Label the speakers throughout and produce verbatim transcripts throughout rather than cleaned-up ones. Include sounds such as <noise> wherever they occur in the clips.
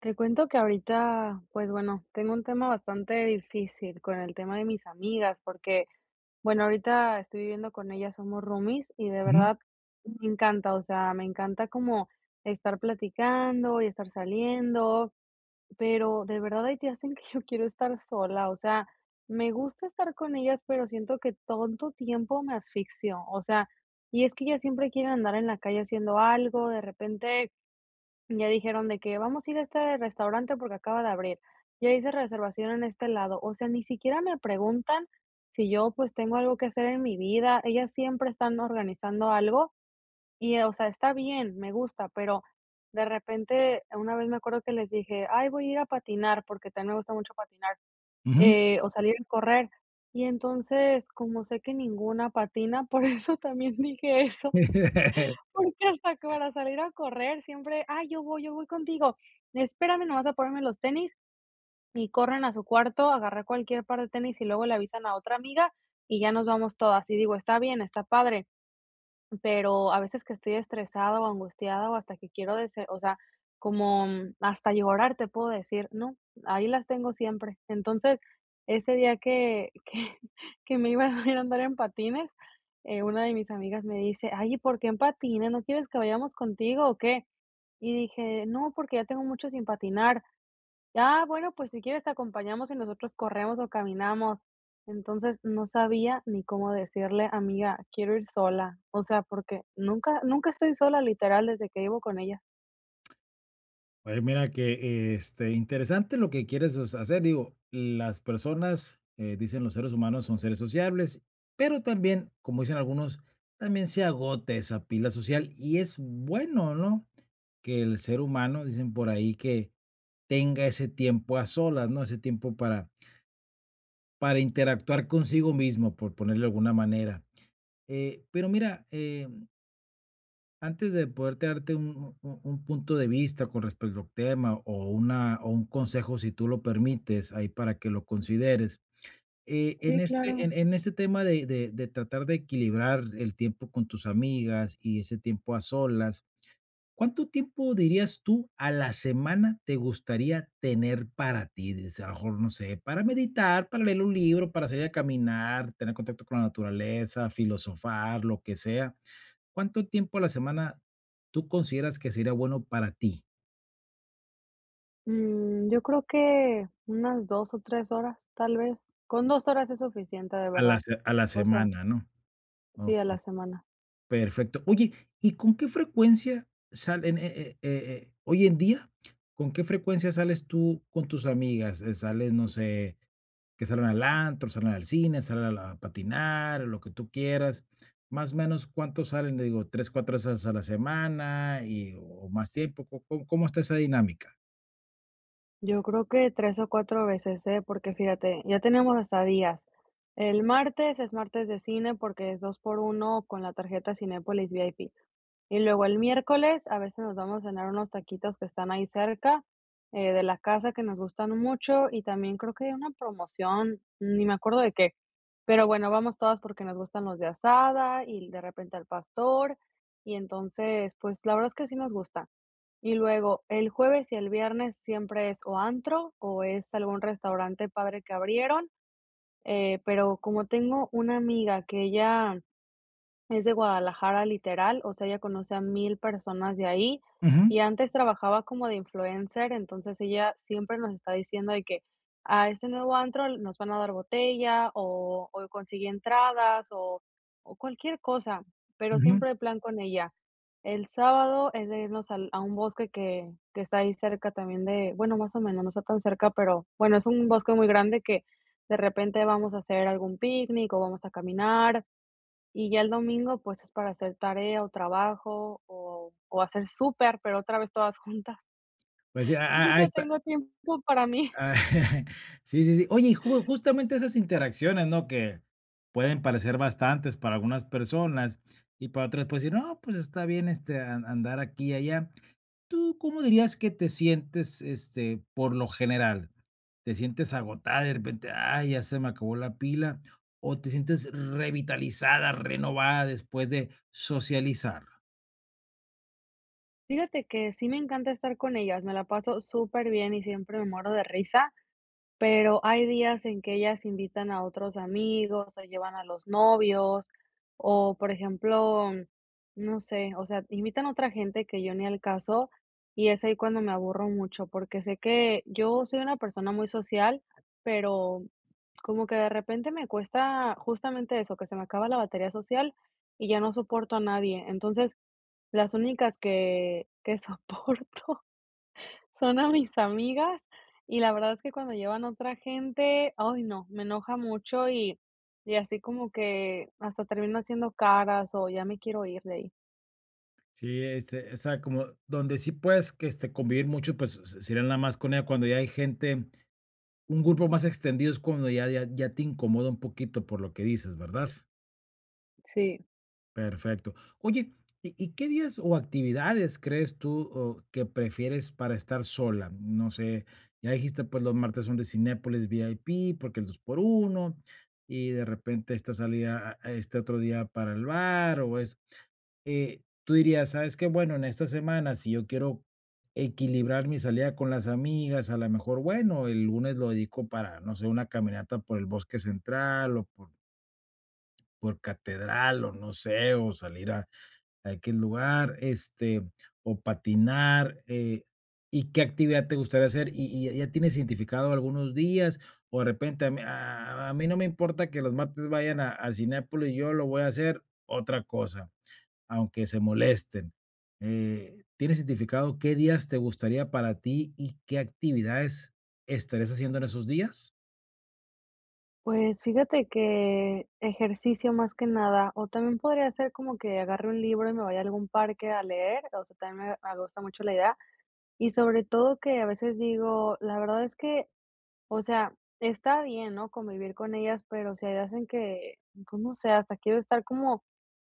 Speaker 1: Te cuento que ahorita, pues bueno, tengo un tema bastante difícil con el tema de mis amigas, porque, bueno, ahorita estoy viviendo con ellas, somos roomies y de
Speaker 2: Ujú,
Speaker 1: verdad me encanta, o sea, me encanta como estar platicando y estar saliendo, pero de verdad hay días en que <laughs> yo quiero estar sola, o sea, me gusta estar con ellas, pero siento que tanto tiempo me asfixio, o sea, y es que ellas siempre quieren andar en la calle haciendo algo. De repente ya dijeron de que: "Vamos a ir a este restaurante porque acaba de abrir. Ya hice reservación en este lado". O sea, ni siquiera me preguntan si yo, pues, tengo algo que hacer en mi vida. Ellas siempre están organizando algo y, o sea, está bien, me gusta, pero de repente, una vez me acuerdo que les dije: "Ay, voy a ir a patinar", porque también me gusta mucho patinar,
Speaker 2: ujú.
Speaker 1: eh, o salir a correr. Y entonces, como sé que ninguna patina, <laughs> por eso también dije eso.
Speaker 2: <laughs>
Speaker 1: Porque hasta que para salir a correr siempre: "Ay, yo voy, yo voy contigo, espérame nomás a ponerme los tenis", y corren a su cuarto a agarrar cualquier par de tenis, y luego le avisan a otra amiga, y ya nos vamos todas. Y digo: "Está bien, está padre". Pero a veces que estoy estresada o angustiada o hasta que quiero dese o sea, como mm, hasta llorar te puedo decir, no, ahí las tengo siempre. Entonces, ese día que que <laughs> que me iba a ir a andar en patines, eh, una de mis amigas me dice: "Ay, ¿y por qué en patines? ¿No quieres que vayamos contigo o qué?" Y dije: "No, porque ya tengo mucho sin patinar". Ah, bueno, pues si quieres te acompañamos y nosotros corremos o caminamos. Entonces, no sabía ni cómo decirle: "Amiga, quiero ir sola". O sea, porque nunca nunca estoy sola, literal, desde que vivo con ella.
Speaker 2: Oye, mira que, este, interesante lo que quieres, o sea, hacer. Digo, las personas, eh, dicen los seres humanos son seres sociables, pero también, como dicen algunos, también se agota esa pila social y es bueno, ¿no? Que el ser humano, dicen por ahí, que tenga ese tiempo a solas, ¿no? Ese tiempo para para interactuar consigo mismo, por ponerle de alguna manera. Eh, pero mira, eh antes de poderte darte un un un punto de vista con respecto al tema o una o un consejo, si tú lo permites, ahí para que lo consideres. Eh, en
Speaker 1: Sí,
Speaker 2: este
Speaker 1: claro.
Speaker 2: en en este tema de de de tratar de equilibrar el tiempo con tus amigas y ese tiempo a solas, ¿cuánto tiempo dirías tú a la semana te gustaría tener para ti? Dices, a lo mejor, no sé, para meditar, para leer un libro, para salir a caminar, tener contacto con la naturaleza, filosofar, lo que sea. ¿Cuánto tiempo a la semana tú consideras que sería bueno para ti?
Speaker 1: Mm, yo creo que unas dos o tres horas, tal vez. Con dos horas es suficiente, de
Speaker 2: A la
Speaker 1: verdad.
Speaker 2: se a la
Speaker 1: O sea,
Speaker 2: semana, ¿no?
Speaker 1: sí, a
Speaker 2: Okey,
Speaker 1: la semana.
Speaker 2: perfecto. Oye, ¿y con qué frecuencia salen, eh eh eh eh, hoy en día, con qué frecuencia sales tú con tus amigas? Eh, sales, no sé, que salen al antro, salen al cine, salen a la a patinar, lo que tú quieras. Más o menos, ¿cuántos salen? Le digo, tres cuatro veces a la semana y o más tiempo, ¿cómo cómo cómo está esa dinámica?
Speaker 1: Yo creo que tres o cuatro veces, ¿eh? Porque fíjate, ya tenemos hasta días. El martes es martes de cine porque es dos por uno con la tarjeta Cinépolis V I P. Y luego el miércoles a veces nos vamos a cenar unos taquitos que están ahí cerca, eh, de la casa que nos gustan mucho y también creo que hay una promoción, ni me acuerdo de qué. Pero bueno, vamos todas porque nos gustan los de asada y de repente al pastor y entonces, pues la verdad es que sí nos gusta. Y luego, el jueves y el viernes siempre es o antro o es algún restaurante padre que abrieron, eh, pero como tengo una amiga que ella es de Guadalajara, literal, o sea, ella conoce a mil personas de ahí, y
Speaker 2: Ujú,
Speaker 1: antes trabajaba como de influencer, entonces ella siempre nos está diciendo de que a este nuevo antro nos van a dar botella o o consigue entradas o o cualquier cosa, pero
Speaker 2: ujú.
Speaker 1: siempre hay plan con ella. El sábado es de irnos al a un bosque que que está ahí cerca también de bueno, más o menos, no está tan cerca, pero bueno, es un bosque muy grande que de repente vamos a hacer algún picnic o vamos a caminar, y ya el domingo, pues, es para hacer tarea o trabajo o o hacer súper, pero otra vez todas juntas.
Speaker 2: Pues sí, a
Speaker 1: <laughs>
Speaker 2: a a
Speaker 1: Nunca
Speaker 2: esta
Speaker 1: tengo tiempo para mí.
Speaker 2: Ah, <laughs> sí, sí, sí. Oye, y ju justamente esas interacciones, ¿no? Que pueden parecer bastantes para algunas personas y para otras, pues, decir: "No, pues, está bien, este, an andar aquí y allá". ¿Tú cómo dirías que te sientes, este, por lo general? ¿Te sientes agotada de repente? "Ay, ya se me acabó la pila", ¿o te sientes revitalizada, renovada después de socializar?
Speaker 1: Fíjate que sí me encanta estar con ellas, me la paso súper bien y siempre me muero de risa. Pero hay días en que ellas invitan a otros amigos, o llevan a los novios, o por ejemplo, no sé, o sea, invitan a otra gente que yo ni al caso, y es ahí cuando me aburro mucho, porque sé que yo soy una persona muy social, pero como que de repente me cuesta justamente eso, que se me acaba la batería social y ya no soporto a nadie. Entonces, las únicas que, que <laughs> soporto son a mis amigas, y la verdad es que cuando llevan otra gente, ay no, me enoja mucho y y así como que hasta termino haciendo caras o ya me quiero ir de ahí.
Speaker 2: Sí, este, o sea, como donde sí puedes, que, este, convivir mucho, pues, se sería nada más con ella, cuando ya hay gente. Un grupo más extendido es cuando ya ya ya te incomoda un poquito por lo que dices, ¿verdad?
Speaker 1: Sí.
Speaker 2: Perfecto. Oye, ¿y y qué días o actividades crees tú, o que prefieres para estar sola? No sé, ya dijiste, pues, los martes son de Cinépolis V I P, porque el dos por uno y de repente esta salida, a a este otro día para el bar, o es eh, tú dirías, ¿sabes qué? Bueno, en esta semana, si yo quiero equilibrar mi salida con las amigas, a lo mejor, bueno, el lunes lo dedico para, no sé, una caminata por el Bosque Central o por, por Catedral o no sé, o salir a, a aquel lugar, este, o patinar. eh, ¿Y qué actividad te gustaría hacer? ¿Y, y ya tienes identificado algunos días? O de repente, a mí, a- a mí no me importa que los martes vayan a, al Cinépolis, yo lo voy a hacer otra cosa aunque se molesten. Eh, ¿tienes identificado qué días te gustaría para ti y qué actividades estarías haciendo en esos días?
Speaker 1: Pues fíjate que ejercicio más que nada, o también podría ser como que agarre un libro y me vaya a algún parque a leer, o sea, también me me gusta mucho la idea, y sobre todo que a veces digo, la verdad es que o sea, está bien, ¿no?, convivir con ellas, pero si hay días que, pues, no sé, hasta quiero estar como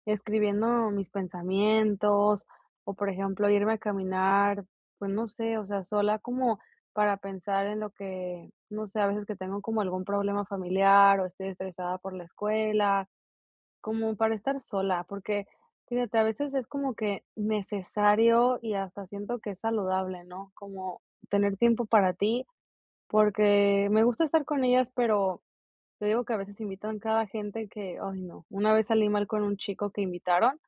Speaker 1: escribiendo mis pensamientos, o, por ejemplo, irme a caminar, pues, no sé, o sea, sola como para pensar en lo que, no sé, a veces que tengo como algún problema familiar, o estoy estresada por la escuela, como para estar sola, porque, fíjate, a veces es como que necesario y hasta siento que es saludable, ¿no?, como tener tiempo para ti porque me gusta estar con ellas, pero te digo que a veces invitan cada gente que, ay no, una vez salí mal con un chico que invitaron,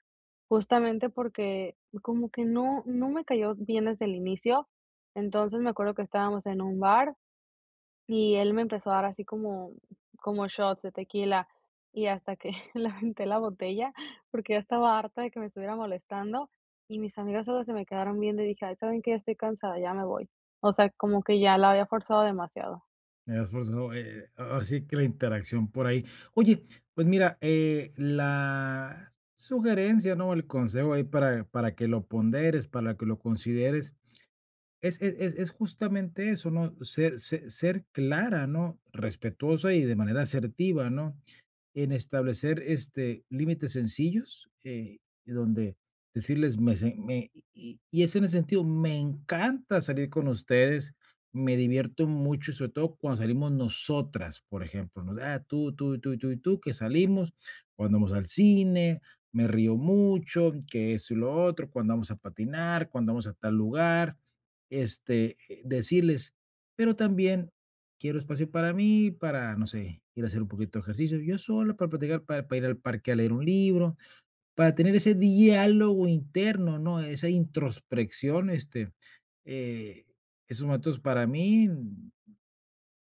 Speaker 1: justamente porque como que no no me cayó bien desde el inicio. Entonces, me acuerdo que estábamos en un bar y él me empezó a dar así como como shots de tequila y hasta que <laughs> le aventé la botella, porque ya estaba harta de que me estuviera molestando, y mis amigas solo se me quedaron viendo y dije: "Ay, ¿saben qué? Ya estoy cansada, ya me voy". O sea, como que ya la había forzado demasiado.
Speaker 2: Me has forzado, eh, ahora sí que la interacción por ahí. Oye, pues mira, eh, la sugerencia, ¿no? El consejo ahí para, para que lo ponderes, para que lo consideres, es, es, es es justamente eso, ¿no? Ser, ser, ser clara, ¿no? Respetuosa y de manera asertiva, ¿no?, en establecer, este, límites sencillos, eh, donde decirles: "Me se me", y y es en el sentido, me encanta salir con ustedes, me divierto mucho, sobre todo cuando salimos nosotras, por ejemplo, ¿no? Ah, tú, tú, tú, y tú, y tú, que salimos, cuando vamos al cine, me río mucho, que esto y lo otro, cuando vamos a patinar, cuando vamos a tal lugar, este, eh, decirles, pero también quiero espacio para mí, para, no sé, ir a hacer un poquito de ejercicio yo solo, para platicar, para para ir al parque a leer un libro, para tener ese diálogo interno, ¿no? Esa introspección, este, eh, esos momentos para mí.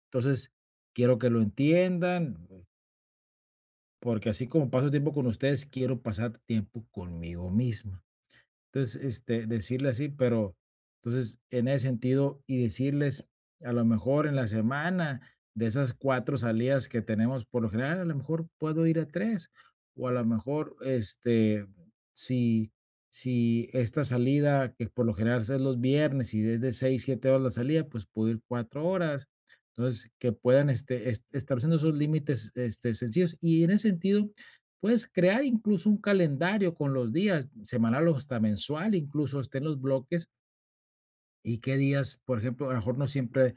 Speaker 2: Entonces, quiero que lo entiendan, porque así como paso tiempo con ustedes, quiero pasar tiempo conmigo misma. Entonces, este, decirle así, pero entonces en ese sentido y decirles a lo mejor en la semana de esas cuatro salidas que tenemos por lo general, a lo mejor puedo ir a tres o a lo mejor, este, si si esta salida que por lo general es los viernes y es de seis, siete horas la salida, pues puedo ir cuatro horas. Entonces, que puedan, este, es estableciendo esos límites, este, sencillos. Y en ese sentido, puedes crear incluso un calendario con los días, semanal o hasta mensual, incluso estén los bloques. ¿Y qué días? Por ejemplo, a lo mejor no siempre,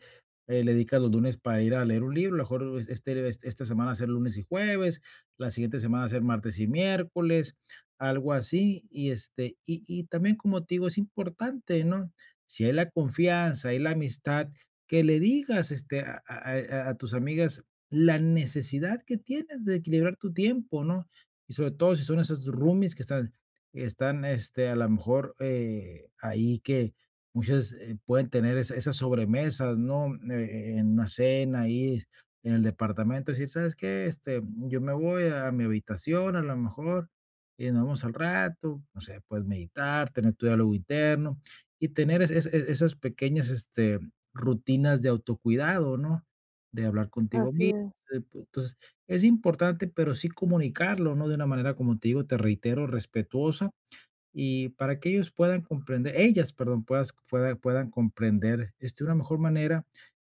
Speaker 2: eh, le dedicas los lunes para ir a leer un libro, a lo mejor es este es esta semana hacer lunes y jueves, la siguiente semana hacer martes y miércoles, algo así. Y, este, y y también, como te digo, es importante, ¿no? Si hay la confianza, hay la amistad, que le digas, este, a a a a tus amigas la necesidad que tienes de equilibrar tu tiempo, ¿no? Y sobre todo si son esas roomies que están están, este, a lo mejor, eh, ahí que muchas, eh, pueden tener esa esas sobremesas, ¿no? Eh, en una cena ahí en el departamento, decir: "¿Sabes qué? Este, yo me voy a mi habitación, a lo mejor, y nos vemos al rato", no sé, puedes meditar, tener tu diálogo interno y tener es es es esas pequeñas, este, rutinas de autocuidado, ¿no? De hablar contigo
Speaker 1: Así
Speaker 2: mismo,
Speaker 1: es.
Speaker 2: de p entonces, es importante, pero sí comunicarlo, ¿no? De una manera, como te digo, te reitero, respetuosa y para que ellos puedan comprender ellas, perdón, puedas pueda puedan comprender, este, de una mejor manera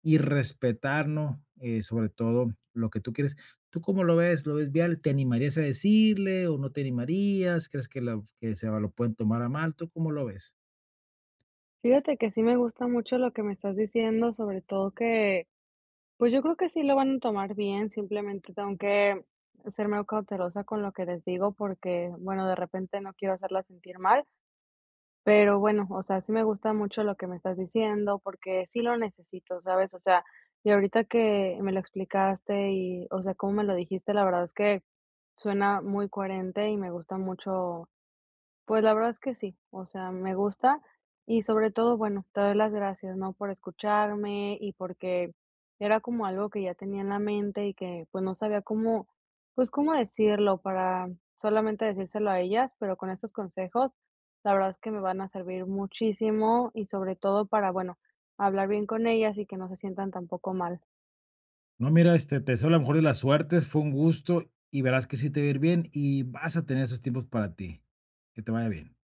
Speaker 2: y respetarnos eh, sobre todo lo que tú quieres. ¿Tú cómo lo ves? ¿Lo ves viable? ¿Te animarías a decirle o no te animarías? ¿Crees que la que se va lo pueden tomar a mal? ¿Tú cómo lo ves?
Speaker 1: Fíjate que sí me gusta mucho lo que me estás diciendo, sobre todo que, pues yo creo que sí lo van a tomar bien, simplemente tengo que ser muy cautelosa con lo que les digo porque, bueno, de repente no quiero hacerla sentir mal, pero bueno, o sea, sí me gusta mucho lo que me estás diciendo porque sí lo necesito, ¿sabes? O sea, y ahorita que me lo explicaste y, o sea, cómo me lo dijiste, la verdad es que suena muy coherente y me gusta mucho. Pues la verdad es que sí, o sea, me gusta y sobre todo, bueno, te doy las gracias, ¿no? Por escucharme y porque era como algo que ya tenía en la mente y que pues no sabía cómo, pues cómo decirlo para solamente decírselo a ellas, pero con estos consejos, la verdad es que me van a servir muchísimo y sobre todo para, bueno, hablar bien con ellas y que no se sientan tampoco mal.
Speaker 2: No, mira, este, te deseo la mejor de las suertes, fue un gusto y verás que sí te va a ir bien y vas a tener esos tiempos para ti. Que te vaya bien.